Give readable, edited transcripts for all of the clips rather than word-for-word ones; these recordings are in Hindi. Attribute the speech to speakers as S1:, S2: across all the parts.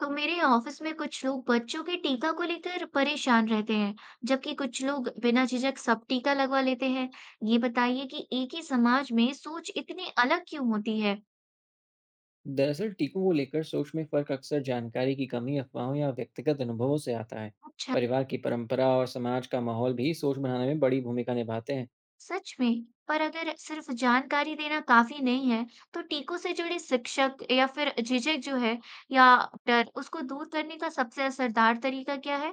S1: तो मेरे ऑफिस में कुछ लोग बच्चों के टीका को लेकर परेशान रहते हैं, जबकि कुछ लोग बिना झिझक सब टीका लगवा लेते हैं। ये बताइए कि एक ही समाज में सोच इतनी अलग क्यों होती है?
S2: दरअसल टीकों को लेकर सोच में फर्क अक्सर जानकारी की कमी, अफवाहों या व्यक्तिगत अनुभवों से आता है।
S1: अच्छा,
S2: परिवार की परंपरा और समाज का माहौल भी सोच बनाने में बड़ी भूमिका निभाते हैं।
S1: सच में। पर अगर सिर्फ जानकारी देना काफी नहीं है, तो टीकों से जुड़े शिक्षक या फिर झिझक जो है या डर उसको दूर करने का सबसे असरदार तरीका क्या है?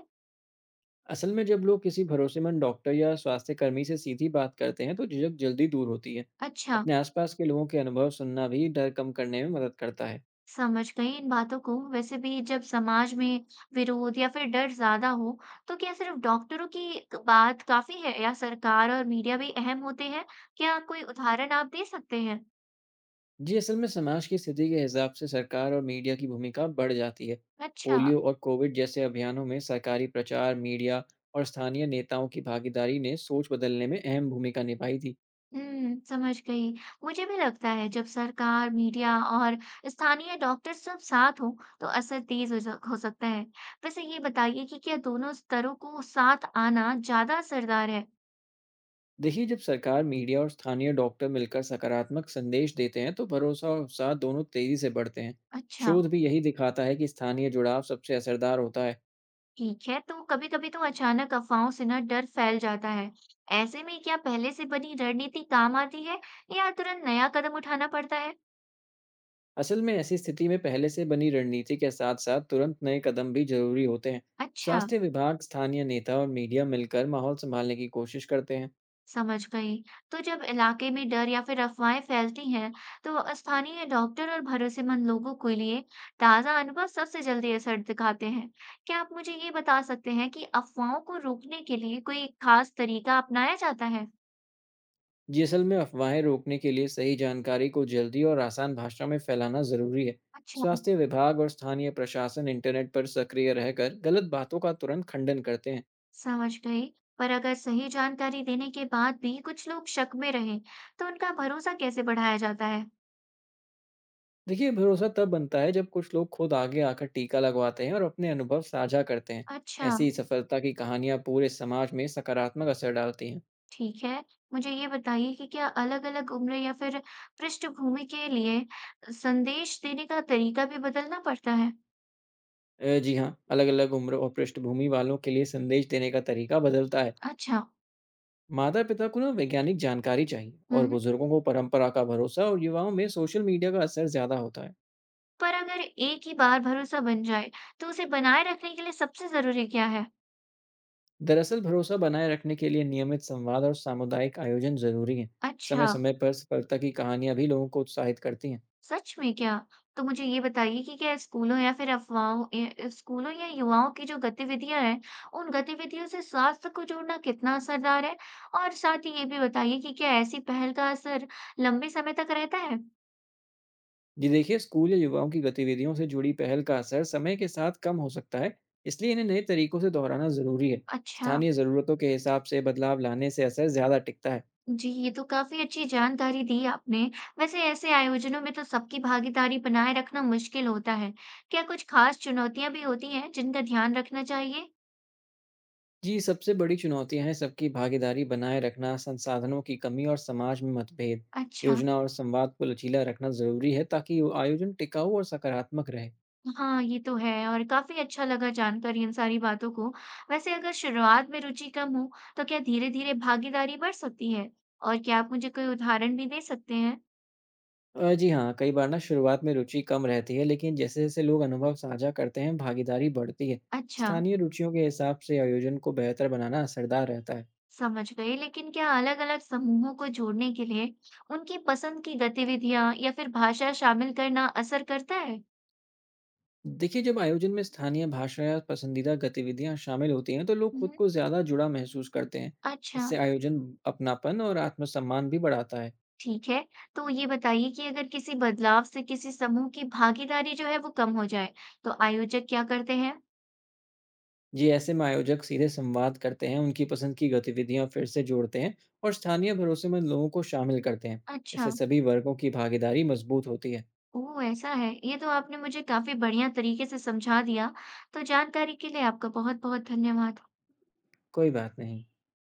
S2: असल में जब लोग किसी भरोसेमंद डॉक्टर या स्वास्थ्य कर्मी से सीधी बात करते हैं तो झिझक जल्दी दूर होती है।
S1: अच्छा,
S2: अपने आसपास के लोगों के अनुभव सुनना भी डर कम करने में मदद करता है।
S1: समझ गई इन बातों को। वैसे भी जब समाज में विरोध या फिर डर ज्यादा हो, तो क्या सिर्फ डॉक्टरों की बात काफी है या सरकार और मीडिया भी अहम होते हैं? क्या कोई उदाहरण आप दे सकते हैं?
S2: जी असल में समाज की स्थिति के हिसाब से सरकार और मीडिया की भूमिका बढ़ जाती है।
S1: अच्छा,
S2: पोलियो और कोविड जैसे अभियानों में सरकारी प्रचार मीडिया और स्थानीय नेताओं की भागीदारी ने सोच बदलने में अहम भूमिका निभाई थी।
S1: समझ गई। मुझे भी लगता है जब सरकार, मीडिया और स्थानीय डॉक्टर सब साथ हो, तो असर तेज हो, हो सकता है। वैसे ये बताइए कि क्या दोनों स्तरों को साथ आना ज्यादा असरदार है?
S2: देखिए जब सरकार मीडिया और स्थानीय डॉक्टर मिलकर सकारात्मक संदेश देते हैं तो भरोसा और उत्साह दोनों तेजी से बढ़ते हैं।
S1: अच्छा।
S2: शोध भी यही दिखाता है कि स्थानीय जुड़ाव सबसे असरदार होता है।
S1: ठीक है। तो कभी कभी तो अचानक अफवाहों से ना डर फैल जाता है। ऐसे में क्या पहले से बनी रणनीति काम आती है या तुरंत नया कदम उठाना पड़ता है?
S2: असल में ऐसी स्थिति में पहले से बनी रणनीति के साथ साथ तुरंत नए कदम भी जरूरी होते हैं।
S1: अच्छा।
S2: स्वास्थ्य विभाग स्थानीय नेता और मीडिया मिलकर माहौल संभालने की कोशिश करते हैं।
S1: समझ गई। तो जब इलाके में डर या फिर अफवाहें फैलती हैं, तो स्थानीय डॉक्टर और भरोसेमंद लोगों के लिए ताजा अनुभव सबसे जल्दी असर दिखाते हैं। क्या आप मुझे ये बता सकते हैं कि अफवाहों को रोकने के लिए कोई खास तरीका अपनाया जाता है?
S2: ये असल में अफवाहें रोकने के लिए सही जानकारी को जल्दी और आसान भाषा में फैलाना जरूरी है।
S1: अच्छा।
S2: स्वास्थ्य विभाग और स्थानीय प्रशासन इंटरनेट पर सक्रिय रहकर गलत बातों का तुरंत खंडन करते हैं।
S1: समझ गई। पर अगर सही जानकारी देने के बाद भी कुछ लोग शक में रहें, तो उनका भरोसा कैसे बढ़ाया जाता है?
S2: देखिए भरोसा तब बनता है जब कुछ लोग खुद आगे आकर टीका लगवाते हैं और अपने अनुभव साझा करते हैं।
S1: अच्छा।
S2: ऐसी सफलता की कहानियां पूरे समाज में सकारात्मक असर डालती हैं।
S1: ठीक है। मुझे ये बताइए कि क्या अलग-अलग उम्र या फिर पृष्ठभूमि के लिए संदेश देने का तरीका भी बदलना पड़ता है?
S2: जी हाँ, अलग-अलग उम्र और पृष्ठभूमि वालों के लिए संदेश देने का तरीका बदलता है।
S1: अच्छा।
S2: माता-पिता को ना वैज्ञानिक जानकारी चाहिए और
S1: हम्म।
S2: बुजुर्गों को परंपरा का भरोसा और युवाओं में सोशल मीडिया का असर ज़्यादा होता है।
S1: पर अगर एक ही बार भरोसा बन जाए, तो उसे बनाए रखने के लिए सबसे जरूरी क्या है?
S2: दरअसल भरोसा बनाए रखने के लिए नियमित संवाद और सामुदायिक आयोजन ज़रूरी हैं।
S1: अच्छा।
S2: समय-समय पर सफलता की कहानियाँ भी लोगों को उत्साहित करती हैं।
S1: सच में क्या? तो मुझे ये बताइए कि क्या स्कूलों या फिर स्कूलों या युवाओं की जो गतिविधियां हैं, उन गतिविधियों से स्वास्थ्य को जोड़ना कितना असरदार है? और साथ ही ये भी बताइए कि क्या ऐसी पहल का असर लंबे समय तक रहता है?
S2: जी देखिए, स्कूल या युवाओं की गतिविधियों से जुड़ी पहल का असर समय के साथ कम हो सकता है, इसलिए इन्हें नए तरीकों से दोहराना ज़रूरी है।
S1: अच्छा,
S2: स्थानीय ज़रूरतों के हिसाब से बदलाव लाने से असर ज़्यादा टिकता है।
S1: जी ये तो काफी अच्छी जानकारी दी आपने। वैसे ऐसे आयोजनों में तो सबकी भागीदारी बनाए रखना मुश्किल होता है। क्या कुछ खास चुनौतियां भी होती हैं जिनका ध्यान रखना चाहिए?
S2: जी, सबसे बड़ी चुनौतियाँ हैं सबकी भागीदारी बनाए रखना, संसाधनों की कमी और समाज में मतभेद।
S1: अच्छा।
S2: योजना और संवाद को लचीला रखना ज़रूरी है ताकि वो आयोजन टिकाऊ और सकारात्मक रहे।
S1: हाँ, ये तो है और काफ़ी अच्छा लगा जानकर इन सारी बातों को। वैसे अगर शुरुआत में रुचि कम हो, तो क्या धीरे-धीरे भागीदारी बढ़ सकती है? और क्या आप मुझे कोई उदाहरण भी दे सकते हैं?
S2: जी हाँ, कई बार ना शुरुआत में रुचि कम रहती है, लेकिन जैसे-जैसे लोग अनुभव साझा करते हैं, भागीदारी बढ़ती है।
S1: अच्छा,
S2: स्थानीय रुचियों के हिसाब से आयोजन को बेहतर बनाना असरदार रहता है।
S1: समझ गई। लेकिन क्या अलग-अलग समूहों को जोड़ने के लिए उनकी पसंद की गतिविधियाँ या फिर भाषा शामिल करना असर करता है?
S2: देखिए, जब आयोजन में स्थानीय भाषा या पसंदीदा गतिविधियाँ शामिल होती हैं, तो लोग खुद
S1: हुँ,
S2: को ज़्यादा जुड़ा महसूस करते हैं।
S1: अच्छा,
S2: इससे आयोजन अपनापन और आत्मसम्मान भी बढ़ाता है।
S1: ठीक है। तो ये बताइए कि अगर किसी बदलाव से किसी समूह की भागीदारी जो है वो कम हो जाए, तो आयोजक क्या करते हैं?
S2: जी, ऐसे में आयोजक सीधे संवाद करते हैं, उनकी पसंद की गतिविधियाँ फिर से जोड़ते हैं और स्थानीय भरोसेमंद लोगों को शामिल करते हैं। इससे
S1: अच्छा।
S2: सभी वर्गों की भागीदारी मजबूत होती है।
S1: ओह! ऐसा है। ये तो आपने मुझे काफ़ी बढ़िया तरीके से समझा दिया। तो जानकारी के लिए आपका बहुत-बहुत धन्यवाद।
S2: कोई बात नहीं।